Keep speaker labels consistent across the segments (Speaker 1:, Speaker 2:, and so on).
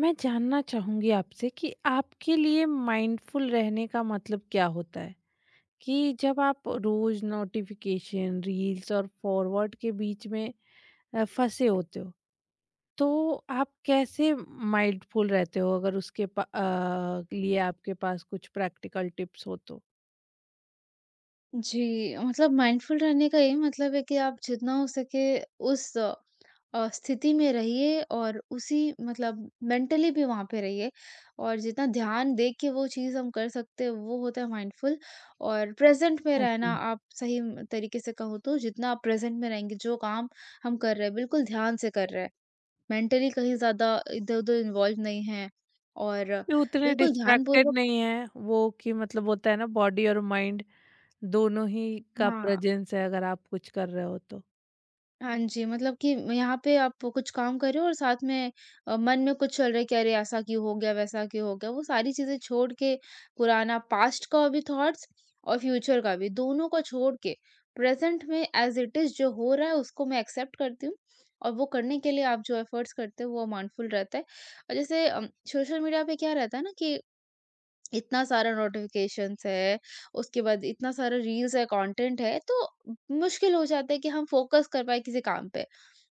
Speaker 1: मैं जानना चाहूँगी आपसे कि आपके लिए माइंडफुल रहने का मतलब क्या होता है? कि जब आप रोज़ नोटिफ़िकेशन, रील्स और फॉरवर्ड के बीच में फँसे होते हो, तो आप कैसे माइंडफुल रहते हो अगर उसके लिए आपके पास कुछ प्रैक्टिकल टिप्स हो तो?
Speaker 2: जी, मतलब माइंडफुल रहने का यही मतलब है कि आप जितना हो सके उस स्थिति में रहिए और उसी मतलब मेंटली भी वहाँ पे रहिए और जितना ध्यान दे के वो चीज़ हम कर सकते हैं, वो होता है माइंडफुल। और प्रेज़ेंट में
Speaker 1: हाँ
Speaker 2: रहना
Speaker 1: जी।
Speaker 2: आप सही म तरीके से कहूँ तो जितना आप प्रेज़ेंट में रहेंगे, जो काम हम कर रहे हैं, बिल्कुल ध्यान से कर रहे हैं, मेंटली कहीं ज़्यादा इधर-उधर इन्वॉल्व नहीं हैं और
Speaker 1: कि उतने
Speaker 2: बिल्कुल
Speaker 1: डिस्ट्रैक्टेड
Speaker 2: ध्यानपूर्वक।
Speaker 1: नहीं हैं वो, कि मतलब होता है ना बॉडी और माइंड दोनों ही का
Speaker 2: हाँ।
Speaker 1: प्रेजेंस है अगर आप कुछ कर रहे हो तो?
Speaker 2: हाँ जी, मतलब कि यहाँ पे आप कुछ काम कर रहे हो और साथ में मन में कुछ चल रहा है कि अरे ऐसा क्यों हो गया, वैसा क्यों हो गया? वो सारी चीज़ें छोड़ के पुराना पास्ट का भी थॉट्स और फ्यूचर का भी, दोनों को छोड़ के प्रेज़ेंट में एज़ इट इज़ जो हो रहा है उसको मैं एक्सेप्ट करती हूँ और वो करने के लिए आप जो एफ़र्ट्स करते हो वो माइंडफुल रहता है। और जैसे सोशल मीडिया पे क्या रहता है ना कि इतना सारा नोटिफ़िकेशंस है, उसके बाद इतना सारा रील्स है, कंटेंट है, तो मुश्किल हो जाता है कि हम फ़ोकस कर पाएँ किसी काम पे।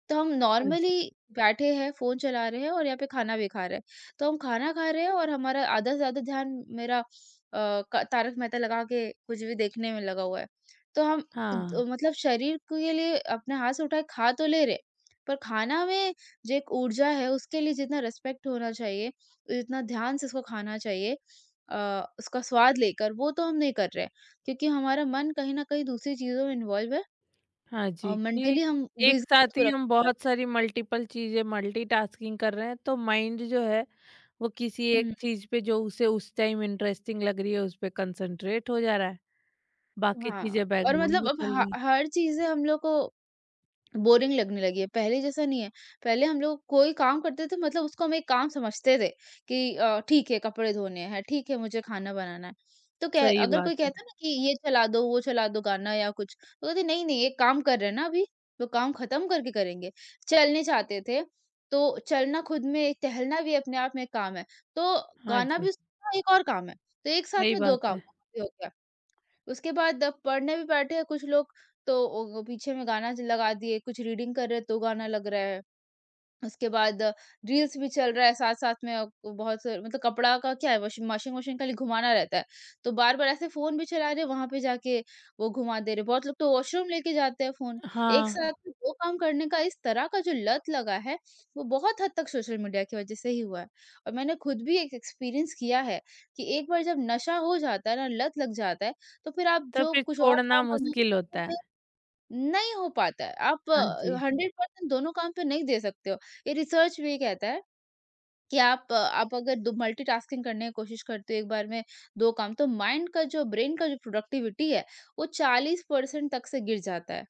Speaker 2: तो हम
Speaker 1: हाँ
Speaker 2: नॉर्मली
Speaker 1: जी।
Speaker 2: बैठे हैं, फ़ोन चला रहे हैं और यहाँ पे खाना भी खा रहे हैं। तो हम खाना खा रहे हैं और हमारा आधा से ज़्यादा ध्यान मेरा अ, क तारक मेहता लगा के कुछ भी देखने में लगा हुआ है। तो हम
Speaker 1: हाँ।
Speaker 2: द मतलब शरीर के लिए अपने हाथ से उठाए खा तो ले रहे, पर खाना में जो एक ऊर्जा है उसके लिए जितना रिस्पेक्ट होना चाहिए, जितना ध्यान से उसको खाना चाहिए अ, उसका स्वाद लेकर वो तो हम नहीं कर रहे हैं। क्योंकि हमारा मन कहीं न कहीं दूसरी चीज़ों में इन्वॉल्व है
Speaker 1: हाँ
Speaker 2: और
Speaker 1: जी, कि
Speaker 2: मेंटली हम
Speaker 1: एक
Speaker 2: बिज़ी खुद
Speaker 1: साथ
Speaker 2: को
Speaker 1: ही हम
Speaker 2: रखना
Speaker 1: बहुत
Speaker 2: चाहते हैं।
Speaker 1: सारी मल्टीपल चीज़ें मल्टीटास्किंग कर रहे हैं, तो माइंड जो है वो किसी एक
Speaker 2: हुँ।
Speaker 1: चीज़ पे जो उसे उस टाइम इंटरेस्टिंग लग रही है उस पे कंसंट्रेट हो जा रहा है, बाकी
Speaker 2: हाँ,
Speaker 1: चीज़ें
Speaker 2: और
Speaker 1: बैकग्राउंड
Speaker 2: मतलब
Speaker 1: में
Speaker 2: अब
Speaker 1: चल
Speaker 2: ह
Speaker 1: रही हैं।
Speaker 2: हर चीज़ें हम लोग को बोरिंग लगने लगी है, पहले जैसा नहीं है। पहले हम लोग कोई काम करते थे मतलब उसको हम एक काम समझते थे कि ठीक है कपड़े धोने हैं, ठीक है मुझे खाना बनाना है। तो कह
Speaker 1: सही
Speaker 2: अगर
Speaker 1: बात
Speaker 2: कोई
Speaker 1: है।
Speaker 2: कहता ना कि ये चला दो, वो चला दो गाना या कुछ, तो कहते नहीं, नहीं एक काम कर रहे हैं ना अभी, तो काम खत्म करके करेंगे। चलने जाते थे, तो चलना खुद में एक टहलना भी अपने आप में एक काम है, तो
Speaker 1: हाँ
Speaker 2: गाना
Speaker 1: जी,
Speaker 2: भी सुनना एक और काम है, तो एक साथ
Speaker 1: सही
Speaker 2: में 2
Speaker 1: बात
Speaker 2: काम
Speaker 1: है।
Speaker 2: हो गया। उसके बाद अब पढ़ने भी बैठे हैं कुछ लोग तो वो पीछे में गाना लगा दिए कुछ रीडिंग कर रहे तो गाना लग रहा है। उसके बाद रील्स भी चल रहा है साथ-साथ में, बहुत से मतलब कपड़ा का क्या है, वाशिंग वाशिंग मशीन खाली घुमाना रहता है। तो बार-बार ऐसे फ़ोन भी चला रहे हैं वहाँ पे जाके वो घुमा दे रहे। बहुत लोग तो वॉशरूम लेके जाते हैं फ़ोन। एक
Speaker 1: हाँ,
Speaker 2: साथ में 2 काम करने का इस तरह का जो लत लगा है वो बहुत हद तक सोशल मीडिया की वज़ह से ही हुआ है। और मैंने खुद भी एक एक्सपीरियंस किया है कि एक बार जब नशा हो जाता है ना लत लग जाता है, तो फिर आप
Speaker 1: तो
Speaker 2: जो
Speaker 1: फिर
Speaker 2: कुछ और
Speaker 1: छोड़ना
Speaker 2: काम करना
Speaker 1: मुश्किल होता
Speaker 2: चाहते
Speaker 1: है।
Speaker 2: हो, नहीं हो पाता है। आप
Speaker 1: हाँ जी,
Speaker 2: 100% दोनों काम पे नहीं दे सकते हो। ये रिसर्च भी कहता है कि आप अगर दो मल्टीटास्किंग करने की कोशिश करते हो एक बार में 2 काम, तो माइंड का जो ब्रेन का जो प्रोडक्टिविटी है, वो 40% तक से गिर जाता है।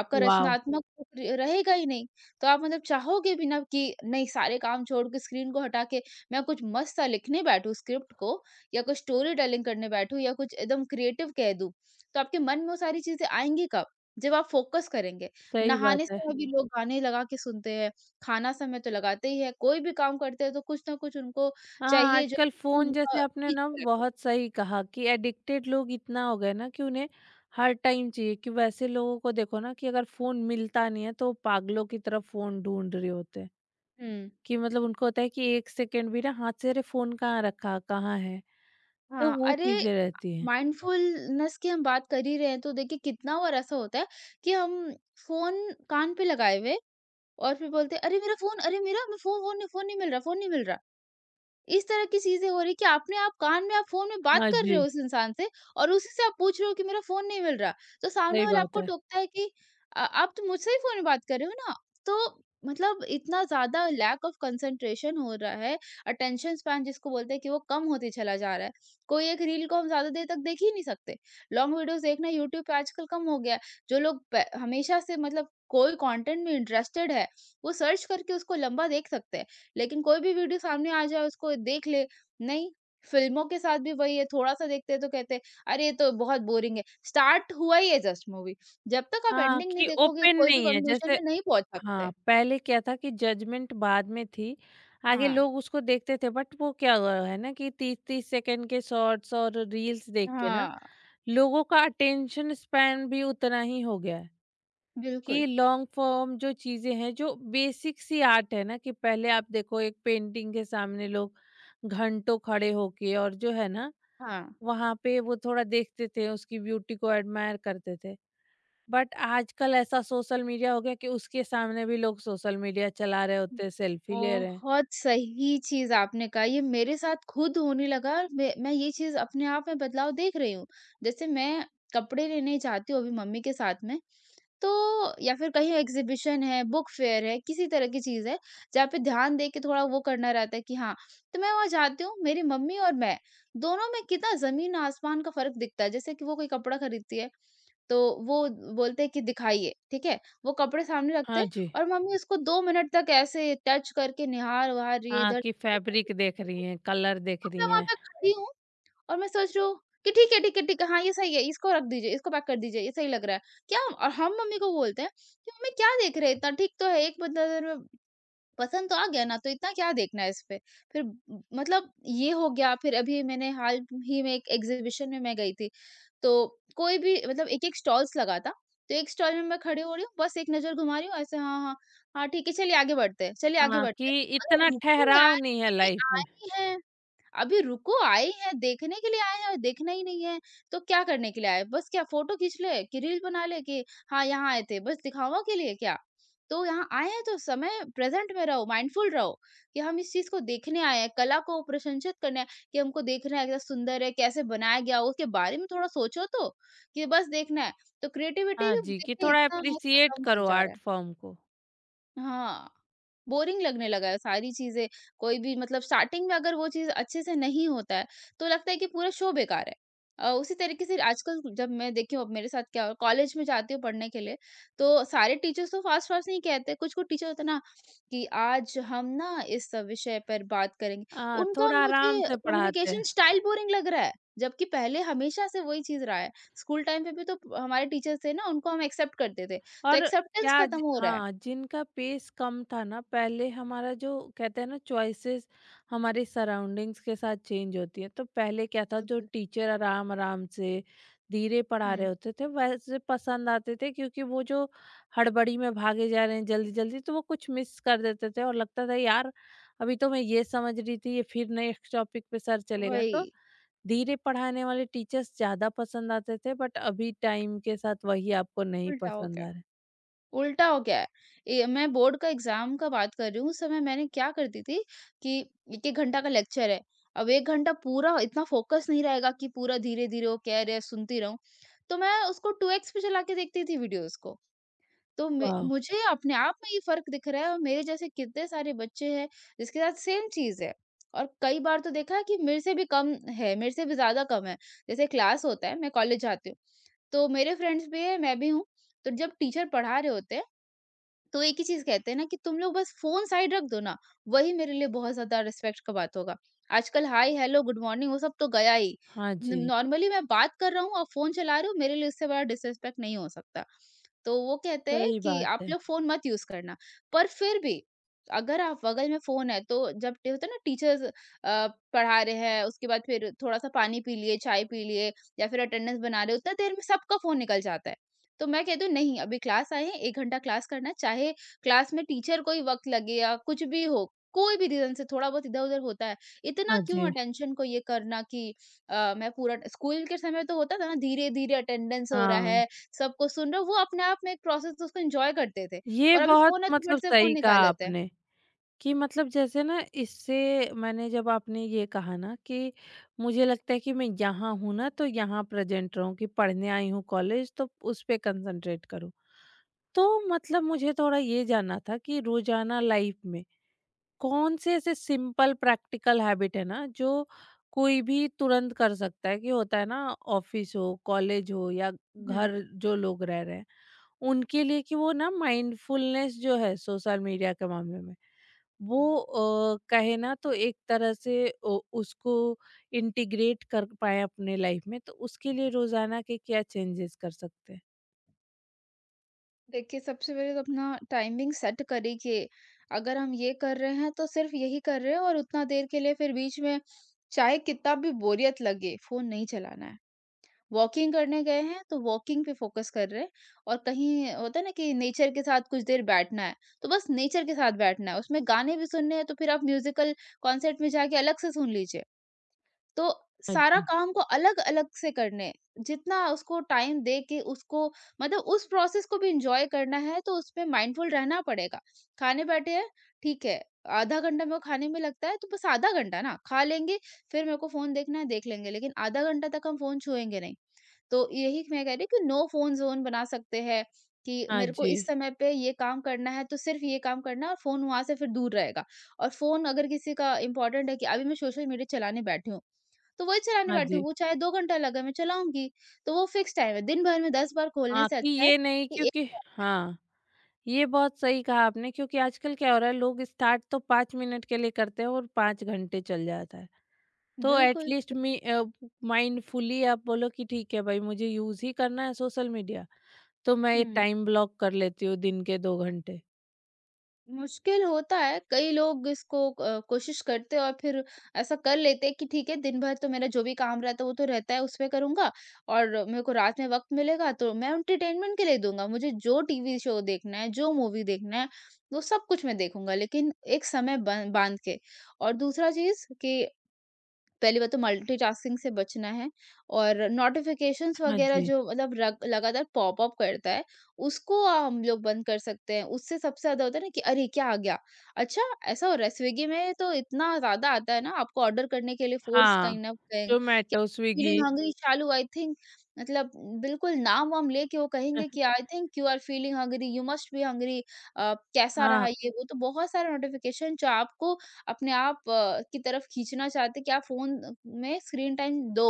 Speaker 2: आपका
Speaker 1: वाव!
Speaker 2: रचनात्मक तो क्रि रहेगा ही नहीं। तो आप मतलब चाहोगे भी ना कि नहीं सारे काम छोड़ के स्क्रीन को हटा के मैं कुछ मस्त सा लिखने बैठूँ स्क्रिप्ट को, या कुछ स्टोरी टेलिंग करने बैठूँ, या कुछ एकदम क्रिएटिव कह दूँ, तो आपके मन में वो सारी चीज़ें आएँगी कब? जब आप फ़ोकस करेंगे।
Speaker 1: सही बात
Speaker 2: नहाने
Speaker 1: है।
Speaker 2: समय भी हुँ। लोग गाने लगा के सुनते हैं। खाना समय तो लगाते ही है, कोई भी काम करते हैं तो कुछ ना कुछ उनको
Speaker 1: हाँ,
Speaker 2: चाहिए जो
Speaker 1: आजकल
Speaker 2: मन
Speaker 1: फ़ोन
Speaker 2: उनका
Speaker 1: जैसे आपने
Speaker 2: खींच
Speaker 1: ना
Speaker 2: के रखे।
Speaker 1: बहुत सही कहा कि एडिक्टेड लोग इतना हो गए ना कि उन्हें हर टाइम चाहिए, कि वैसे लोगों को देखो ना कि अगर फ़ोन मिलता नहीं है तो वो पागलों की तरह फ़ोन ढूंढ रहे होते हैं।
Speaker 2: हुँ।
Speaker 1: कि मतलब उनको होता है कि 1 सेकंड भी ना हाथ से, अरे फ़ोन कहाँ रखा, कहाँ है? तो
Speaker 2: हाँ,
Speaker 1: वो
Speaker 2: अरे
Speaker 1: चीज़ें रहती हैं।
Speaker 2: माइंडफुलनेस की हम बात कर ही रहे हैं तो देखिए कितना बार ऐसा होता है कि हम फ़ोन कान पे लगाए हुए और फिर बोलते हैं अरे मेरा फ़ोन! अरे मेरा फ़ोन, फ़ोन नहीं, फ़ोन नहीं मिल रहा, फ़ोन नहीं मिल रहा। इस तरह की चीज़ें हो रही है कि अपने आप कान में आप फ़ोन में बात
Speaker 1: हाँ
Speaker 2: कर रहे
Speaker 1: जी,
Speaker 2: हो उस इंसान से और उसी से आप पूछ रहे हो कि मेरा फ़ोन नहीं मिल रहा। तो सामने
Speaker 1: सही
Speaker 2: वाला
Speaker 1: बात
Speaker 2: आपको
Speaker 1: है।
Speaker 2: टोकता है कि आप तो मुझसे ही फ़ोन में बात कर रहे हो ना। तो मतलब इतना ज़्यादा लैक ऑफ कंसंट्रेशन हो रहा है, अटेंशन स्पैन जिसको बोलते हैं कि वो कम होते चला जा रहा है। कोई एक रील को हम ज़्यादा देर तक देख ही नहीं सकते। लॉन्ग वीडियोज़ देखना यूट्यूब पे आजकल कम हो गया है। जो लोग प हमेशा से मतलब कोई कंटेंट में इंटरेस्टेड है, वो सर्च करके उसको लंबा देख सकते हैं। लेकिन कोई भी वीडियो सामने आ जाए उसको देख ले, नहीं। फिल्मों के साथ भी वही है, थोड़ा सा देखते हैं तो कहते हैं अरे ये तो बहुत बोरिंग है, स्टार्ट हुआ ही है जस्ट मूवी। जब तक आप
Speaker 1: हाँ,
Speaker 2: एंडिंग नहीं
Speaker 1: कि
Speaker 2: देखोगे
Speaker 1: ओपन
Speaker 2: कोई भी
Speaker 1: नहीं है
Speaker 2: कंक्लूजन
Speaker 1: जैसे।
Speaker 2: में नहीं पहुंच सकते।
Speaker 1: हाँ, पहले क्या था कि जजमेंट बाद में थी। आगे
Speaker 2: हाँ।
Speaker 1: लोग उसको देखते थे, बट वो क्या हुआ है ना कि 30-30 सेकंड के शॉर्ट्स और रील्स देख के ना
Speaker 2: हाँ,
Speaker 1: लोगों का अटेंशन स्पैन भी उतना ही हो गया है।
Speaker 2: बिल्कुल।
Speaker 1: कि लॉन्ग फॉर्म जो चीज़ें हैं, जो बेसिक सी आर्ट है ना, कि पहले आप देखो एक पेंटिंग के सामने लोग घंटों खड़े होके, और जो है ना
Speaker 2: हाँ,
Speaker 1: वहाँ पे वो थोड़ा देखते थे, उसकी ब्यूटी को एडमायर करते थे। बट आजकल ऐसा सोशल मीडिया हो गया कि उसके सामने भी लोग सोशल मीडिया चला रहे होते हैं, सेल्फी ले रहे हैं।
Speaker 2: बहुत सही चीज आपने कहा, ये मेरे साथ खुद होने लगा। मैं ये चीज अपने आप में बदलाव देख रही हूँ, जैसे मैं कपड़े लेने जाती हूँ अभी मम्मी के साथ में, तो या फिर कहीं एग्जीबिशन है, बुक फेयर है, किसी तरह की चीज़ है, जहाँ पे ध्यान दे के थोड़ा वो करना रहता है कि हाँ, तो मैं वहाँ जाती हूँ, मेरी मम्मी और मैं, दोनों में कितना ज़मीन-आसमान का फ़र्क दिखता है। जैसे कि वो कोई कपड़ा खरीदती है, तो वो बोलते हैं कि दिखाइए, ठीक है? वो कपड़े सामने रखते
Speaker 1: हाँ
Speaker 2: हैं
Speaker 1: जी।
Speaker 2: और मम्मी उसको 2 मिनट तक ऐसे टच करके निहार-वहार, ये
Speaker 1: हाँ,
Speaker 2: इधर,
Speaker 1: कि फैब्रिक देख रही हैं, कलर देख
Speaker 2: और मैं
Speaker 1: रही
Speaker 2: वहाँ
Speaker 1: हैं।
Speaker 2: पे खड़ी हूँ और मैं सोच रही हूँ कि ठीक है, ठीक है, ठीक है, हाँ, ये सही है, इसको रख दीजिए, इसको पैक कर दीजिए, ये सही लग रहा है। क्या, और हम मम्मी को बोलते हैं कि मम्मी क्या देख रहे हैं इतना, ठीक तो है, एक बंदर में पसंद तो आ गया ना, तो इतना क्या देखना है इसपे। फिर म मतलब ये हो गया, फिर अभी मैंने हाल ही में एक एग्ज़िबिशन में मैं गई थी, तो कोई भी मतलब एक-एक स्टॉल्स लगा था, तो एक स्टॉल में मैं खड़ी हो रही हूँ, बस एक नज़र घुमा रही हूँ, ऐसे हाँ, हाँ, हाँ, ठीक है, चलिए आगे बढ़ते हैं, चलिए आगे
Speaker 1: हाँ,
Speaker 2: बढ़ते हैं।
Speaker 1: कि
Speaker 2: अरे
Speaker 1: इतना
Speaker 2: रुको
Speaker 1: ठहराव
Speaker 2: यार,
Speaker 1: नहीं है
Speaker 2: अभी
Speaker 1: लाइफ
Speaker 2: आ
Speaker 1: में।
Speaker 2: रही है। अभी रुको, आए हैं, देखने के लिए आए हैं और देखना ही नहीं है, तो क्या करने के लिए आए? बस क्या फ़ोटो खींच ले, कि रील बना ले कि हाँ, यहाँ आए थे, बस दिखावा के लिए क्या? तो यहाँ आए हैं तो समय प्रेज़ेंट में रहो, माइंडफुल रहो, कि हम इस चीज़ को देखने आए हैं, कला को प्रशंसित करने आए हैं, कि हमको देखना है, कितना सुंदर है, कैसे बनाया गया, उसके बारे में थोड़ा सोचो तो, कि बस देखना है। तो क्रिएटिविटी
Speaker 1: हाँ जी, कि
Speaker 2: देखिए
Speaker 1: थोड़ा
Speaker 2: इतना हद तक
Speaker 1: एप्रिशिएट
Speaker 2: कम हो
Speaker 1: करो
Speaker 2: जा रहा
Speaker 1: आर्ट
Speaker 2: है।
Speaker 1: फॉर्म को।
Speaker 2: हाँ, बोरिंग लगने लगा है सारी चीज़ें, कोई भी मतलब स्टार्टिंग में अगर वो चीज़ अच्छे से नहीं होता है, तो लगता है कि पूरा शो बेकार है। उसी तरीके से आजकल जब मैं देखी हूँ, अब मेरे साथ क्या हो, कॉलेज में जाती हूँ पढ़ने के लिए, तो सारे टीचर्स तो फास्ट-फास्ट नहीं कहते, कुछ-कुछ टीचर होते हैं ना कि आज हम ना इस विषय पर बात करेंगे।
Speaker 1: हाँ,
Speaker 2: उनका
Speaker 1: थोड़ा
Speaker 2: मुझे
Speaker 1: आराम से पढ़ाते
Speaker 2: कम्युनिकेशन
Speaker 1: हैं।
Speaker 2: स्टाइल बोरिंग लग रहा है, जबकि पहले हमेशा से वही चीज़ रहा है। स्कूल टाइम पे भी तो हमारे टीचर्स थे ना, उनको हम एक्सेप्ट करते थे, तो
Speaker 1: और
Speaker 2: एक्सेप्टेंस
Speaker 1: क्या
Speaker 2: खत्म हो रहा
Speaker 1: हाँ, जिनका पेस कम था ना पहले हमारा जो, कहते हैं ना चॉइसेस हमारे सराउंडिंग्स के साथ चेंज होती है, तो पहले क्या था जो
Speaker 2: है।
Speaker 1: टीचर आराम आराम से धीरे पढ़ा रहे
Speaker 2: हुँ,
Speaker 1: होते थे वैसे पसंद आते थे, क्योंकि वो जो हड़बड़ी में भागे जा रहे हैं जल्दी जल्दी तो वो कुछ मिस कर देते थे और लगता था यार अभी तो मैं ये समझ रही थी, ये फिर नेक्स्ट टॉपिक पे सर चलेगा, तो
Speaker 2: वही,
Speaker 1: धीरे पढ़ाने वाले टीचर्स ज्यादा पसंद आते थे, बट अभी टाइम के साथ वही आपको नहीं
Speaker 2: उल्टा हो
Speaker 1: पसंद
Speaker 2: गया,
Speaker 1: आ रहे।
Speaker 2: उल्टा हो गया है। ए मैं बोर्ड का एग्ज़ाम का बात कर रही हूँ, उस समय मैंने क्या करती थी कि 1-1 घंटा का लेक्चर है, अब 1 घंटा पूरा इतना फोकस नहीं रहेगा कि पूरा धीरे-धीरे वो कह रहे हैं सुनती रहूँ, तो मैं उसको 2x पे चला के देखती थी वीडियोज़ को। तो मे
Speaker 1: वाह!
Speaker 2: मुझे अपने आप में ये फ़र्क दिख रहा है और मेरे जैसे कितने सारे बच्चे हैं जिसके साथ सेम चीज़ है, और कई बार तो देखा है कि मेरे से भी कम है, मेरे से भी ज़्यादा कम है। जैसे क्लास होता है, मैं कॉलेज जाती हूँ, तो मेरे फ्रेंड्स भी हैं, मैं भी हूँ। तो जब टीचर पढ़ा रहे होते हैं तो एक ही चीज़ कहते हैं ना कि तुम लोग बस फ़ोन साइड रख दो ना, वही मेरे लिए बहुत ज़्यादा रिस्पेक्ट का बात होगा। आजकल हाय, हेलो, गुड मॉर्निंग वो सब तो गया ही।
Speaker 1: हाँ
Speaker 2: न
Speaker 1: जी,
Speaker 2: नॉर्मली मैं बात कर रहा हूँ और फ़ोन चला रहे हो, मेरे लिए इससे बड़ा डिसरिस्पेक्ट नहीं हो सकता। तो वो कहते हैं
Speaker 1: सही
Speaker 2: कि
Speaker 1: बात
Speaker 2: आप
Speaker 1: है।
Speaker 2: लोग फ़ोन मत यूज़ करना। पर फिर भी अगर आप बगल में फ़ोन है, तो जब ट होता है ना टीचर्स पढ़ा रहे हैं, उसके बाद फिर थोड़ा-सा पानी पी लिए, चाय पी लिए या फिर अटेंडेंस बना रहे हो, उतना देर में सबका फ़ोन निकल जाता है। तो मैं कहती हूँ नहीं अभी क्लास आए हैं, 1 घंटा क्लास करना है, चाहे क्लास में टीचर को ही वक़्त लगे या कुछ भी हो, कोई भी रीज़न से थोड़ा बहुत इधर-उधर होता है। इतना
Speaker 1: हाँ
Speaker 2: क्यों
Speaker 1: जी,
Speaker 2: अटेंशन को ये करना कि मैं पूरा स्कूल के समय तो होता था ना, धीरे-धीरे अटेंडेंस हो रहा
Speaker 1: हाँ।
Speaker 2: है, सबको सुन रहे हो, वो अपने आप में एक प्रोसेस, उसको एन्जॉय करते थे
Speaker 1: ये
Speaker 2: और अभी
Speaker 1: बहुत
Speaker 2: फ़ोन है तो
Speaker 1: मतलब
Speaker 2: फट से फ़ोन
Speaker 1: सही कहा
Speaker 2: निकाल लेते हैं।
Speaker 1: आपने, कि मतलब जैसे ना इससे, मैंने जब आपने ये कहा ना कि मुझे लगता है कि मैं यहाँ हूँ ना तो यहाँ प्रेज़ेंट रहूँ, कि पढ़ने आई हूँ कॉलेज तो उस पे कंसंट्रेट करूँ। तो मतलब मुझे थोड़ा ये जानना था कि रोज़ाना लाइफ़ में कौन से ऐसे सिंपल प्रैक्टिकल हैबिट है ना जो कोई भी तुरंत कर सकता है, कि होता है ना ऑफिस हो कॉलेज हो या
Speaker 2: हुँ।
Speaker 1: घर जो लोग रह रहे हैं उनके लिए, कि वो ना माइंडफुलनेस जो है सोशल मीडिया के मामले में, वो कहे ना तो एक तरह से उसको इंटीग्रेट कर पाए अपने लाइफ में, तो उसके लिए रोजाना के क्या चेंजेस कर सकते हैं।
Speaker 2: देखिए, सबसे पहले तो अपना टाइमिंग सेट करें कि अगर हम ये कर रहे हैं तो सिर्फ यही कर रहे हैं, और उतना देर के लिए फिर बीच में चाहे कितना भी बोरियत लगे फोन नहीं चलाना है। वॉकिंग करने गए हैं तो वॉकिंग पे फोकस कर रहे हैं। और कहीं होता है ना कि नेचर के साथ कुछ देर बैठना है, तो बस नेचर के साथ बैठना है। उसमें गाने भी सुनने हैं तो फिर आप म्यूजिकल कॉन्सर्ट में जाके अलग से सुन लीजिए। तो
Speaker 1: हाँ
Speaker 2: सारा
Speaker 1: जी।
Speaker 2: काम को अलग-अलग से करने, जितना उसको टाइम दे के उसको मतलब उस प्रोसेस को भी एन्जॉय करना है, तो उसमें माइंडफुल रहना पड़ेगा। खाने बैठे हैं, ठीक है, आधा घंटा मेरे को खाने में लगता है, तो बस आधा घंटा ना खा लेंगे, फिर मेरे को फ़ोन देखना है, देख लेंगे, लेकिन आधा घंटा तक हम फ़ोन छुएँगे नहीं। तो यही मैं कह रही कि नो फ़ोन ज़ोन बना सकते हैं, कि
Speaker 1: हाँ
Speaker 2: मेरे को
Speaker 1: जी।
Speaker 2: इस समय पे ये काम करना है तो सिर्फ़ ये काम करना है, और फ़ोन वहाँ से फिर दूर रहेगा। और फ़ोन अगर किसी का इम्पोर्टेंट है कि अभी मैं सोशल मीडिया चलाने बैठी हूँ, तो वही चलाने
Speaker 1: हाँ
Speaker 2: बैठी हूँ,
Speaker 1: जी।
Speaker 2: वो चाहे 2 घंटा लगे मैं चलाऊँगी। तो वो फ़िक्स टाइम है, दिन भर में 10 बार खोलने
Speaker 1: हाँ,
Speaker 2: से
Speaker 1: कि
Speaker 2: अच्छा है
Speaker 1: ये नहीं
Speaker 2: कि एक,
Speaker 1: क्योंकि। हाँ, ये बहुत सही कहा आपने, क्योंकि आजकल क्या हो रहा है लोग स्टार्ट तो 5 मिनट के लिए करते हैं और 5 घंटे चल जाता है, तो
Speaker 2: बिल्कुल।
Speaker 1: एटलीस्ट मी माइंडफुली आप बोलो कि ठीक है भाई मुझे यूज ही करना है सोशल मीडिया, तो मैं ये
Speaker 2: हुँ।
Speaker 1: टाइम ब्लॉक कर लेती हूँ दिन के 2 घंटे।
Speaker 2: मुश्किल होता है, कई लोग इसको कोशिश करते हैं और फिर ऐसा कर लेते हैं कि ठीक है, दिन भर तो मेरा जो भी काम रहता है वो तो रहता है, उसमें करूँगा, और मेरे को रात में वक़्त मिलेगा तो मैं एंटरटेनमेंट के लिए दूँगा। मुझे जो टीवी शो देखना है, जो मूवी देखना है, वो सब कुछ मैं देखूँगा, लेकिन एक समय बन बाँध के। और दूसरा चीज़ कि पहली बात तो मल्टीटास्किंग से बचना है, और नोटिफिकेशंस
Speaker 1: हाँ
Speaker 2: वगैरह
Speaker 1: जी।
Speaker 2: जो मतलब लगातार पॉप अप करता है, उसको हम लोग बंद कर सकते हैं। उससे सबसे ज्यादा होता है ना कि अरे क्या आ गया, अच्छा ऐसा हो रहा है। स्विगी में तो इतना ज्यादा आता है ना आपको ऑर्डर करने के लिए फोर्स,
Speaker 1: हाँ,
Speaker 2: कहीं ना कहीं
Speaker 1: जोमेटो, स्विगी।
Speaker 2: फीलिंग हंग्री चालू, आई थिंक। मतलब, बिल्कुल नाम वाम लेके वो कहेंगे कि I think you are feeling hungry, you must be hungry, कैसा रहा
Speaker 1: हाँ।
Speaker 2: ये वो। तो बहुत सारे नोटिफिकेशन जो आपको अपने आप की तरफ खींचना चाहते कि आप फ़ोन में स्क्रीन टाइम दो,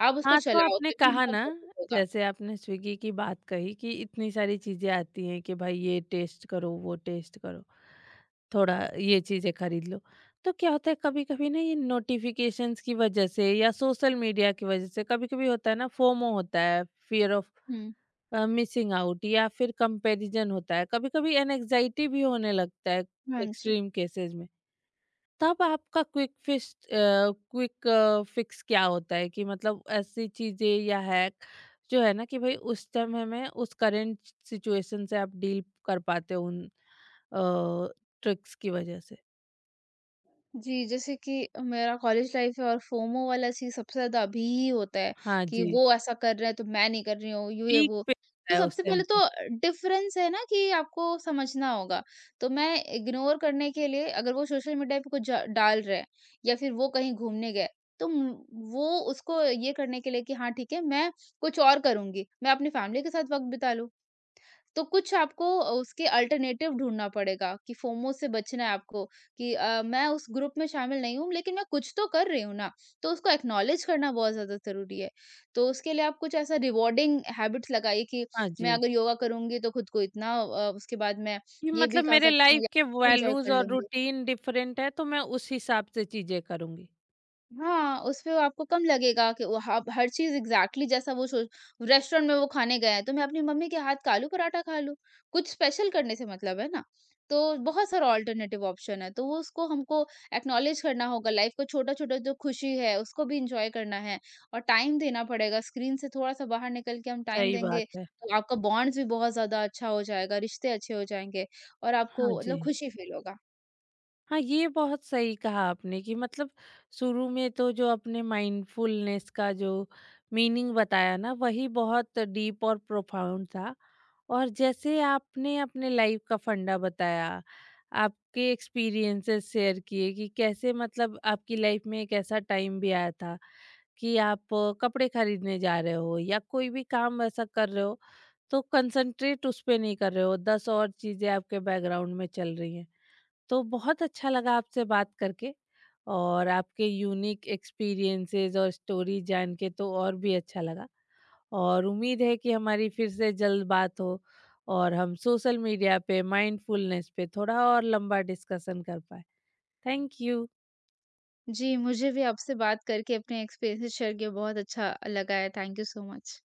Speaker 2: आप उसको
Speaker 1: हाँ, तो
Speaker 2: चलाओ
Speaker 1: आपने
Speaker 2: तभी
Speaker 1: कहा
Speaker 2: उनका
Speaker 1: ना,
Speaker 2: प्रॉफ़िट होगा।
Speaker 1: जैसे आपने स्विगी की बात कही कि इतनी सारी चीज़ें आती हैं कि भाई ये टेस्ट करो, वो टेस्ट करो, थोड़ा ये चीज़ें खरीद लो। तो क्या होता है कभी-कभी ना, ये नोटिफ़िकेशंस की वजह से या सोशल मीडिया की वजह से कभी-कभी होता है ना फोमो होता है, fear of
Speaker 2: hmm.
Speaker 1: Missing out, या फिर कंपैरिजन होता है। कभी-कभी एंग्जायटी भी होने लगता है
Speaker 2: हाँ जी।
Speaker 1: एक्सट्रीम केसेज़ में। तब आपका क्विक फिक्स क्या होता है, कि मतलब ऐसी चीजें या हैक जो है ना कि भाई उस टाइम में उस करंट सिचुएशन से आप डील कर पाते हो उन ट्रिक्स की वजह से।
Speaker 2: जी, जैसे कि मेरा कॉलेज लाइफ है और फोमो वाला चीज़ सबसे ज़्यादा अभी ही होता है,
Speaker 1: हाँ
Speaker 2: कि
Speaker 1: जी,
Speaker 2: वो ऐसा कर रहा है तो मैं नहीं कर रही हूँ, यू ये
Speaker 1: पीक
Speaker 2: वो।
Speaker 1: पे
Speaker 2: तो
Speaker 1: होता है उस
Speaker 2: सबसे पहले
Speaker 1: टाइम
Speaker 2: तो
Speaker 1: पर।
Speaker 2: डिफ़रेंस है ना कि आपको समझना होगा। तो मैं इग्नोर करने के लिए अगर वो सोशल मीडिया पे कुछ ज डाल रहे हैं या फिर वो कहीं घूमने गए, तो वो उसको ये करने के लिए कि हाँ, ठीक है, मैं कुछ और करूँगी, मैं अपनी फैमिली के साथ वक़्त बिता लूँ। तो कुछ आपको उसके अल्टरनेटिव ढूँढना पड़ेगा कि फोमो से बचना है आपको, कि मैं उस ग्रुप में शामिल नहीं हूँ, लेकिन मैं कुछ तो कर रही हूँ ना, तो उसको एक्नॉलेज करना बहुत ज़्यादा ज़रूरी है। तो उसके लिए आप कुछ ऐसा रिवॉर्डिंग हैबिट्स लगाइए कि
Speaker 1: हाँ जी,
Speaker 2: मैं अगर योगा करूँगी तो खुद को इतना उसके बाद मैं
Speaker 1: कि
Speaker 2: ये भी
Speaker 1: मतलब
Speaker 2: खा
Speaker 1: मेरे
Speaker 2: सकती हूँ
Speaker 1: लाइफ
Speaker 2: या
Speaker 1: के
Speaker 2: एन्जॉय कर
Speaker 1: वैल्यूज और
Speaker 2: लूँगी।
Speaker 1: रूटीन डिफरेंट है तो मैं उस हिसाब से चीजें करूंगी।
Speaker 2: हाँ, उसमें वो आपको कम लगेगा कि वो ह हर चीज़ एग्ज़ैक्टली जैसा वो सोच, रेस्टोरेंट में वो खाने गए हैं, तो मैं अपनी मम्मी के हाथ का आलू पराठा खा लूँ, कुछ स्पेशल करने से मतलब है ना। तो बहुत सारा अल्टरनेटिव ऑप्शन है, तो वो उसको हमको एक्नॉलेज करना होगा। लाइफ़ का छोटा-छोटा जो खुशी है, उसको भी एन्जॉय करना है और टाइम देना पड़ेगा। स्क्रीन से थोड़ा-सा बाहर निकल के हम टाइम
Speaker 1: सही बात
Speaker 2: देंगे,
Speaker 1: है।
Speaker 2: तो आपका बॉन्ड्स भी बहुत ज़्यादा अच्छा हो जाएगा, रिश्ते अच्छे हो जाएँगे और
Speaker 1: हाँ
Speaker 2: आपको
Speaker 1: जी।
Speaker 2: मतलब खुशी फ़ील होगा।
Speaker 1: हाँ, ये बहुत सही कहा आपने, कि मतलब शुरू में तो जो आपने माइंडफुलनेस का जो मीनिंग बताया ना वही बहुत डीप और प्रोफाउंड था, और जैसे आपने अपने लाइफ का फंडा बताया, आपके एक्सपीरियंसेस शेयर किए कि कैसे मतलब आपकी लाइफ में एक ऐसा टाइम भी आया था कि आप कपड़े खरीदने जा रहे हो या कोई भी काम ऐसा कर रहे हो तो कंसंट्रेट उस पे नहीं कर रहे हो, 10 और चीज़ें आपके बैकग्राउंड में चल रही हैं। तो बहुत अच्छा लगा आपसे बात करके, और आपके यूनिक एक्सपीरियंसेस और स्टोरी जान के तो और भी अच्छा लगा, और उम्मीद है कि हमारी फिर से जल्द बात हो और हम सोशल मीडिया पे माइंडफुलनेस पे थोड़ा और लंबा डिस्कशन कर पाए। थैंक यू
Speaker 2: जी, मुझे भी आपसे बात करके अपने एक्सपीरियंसेस शेयर किए बहुत अच्छा लगा है। Thank you so much.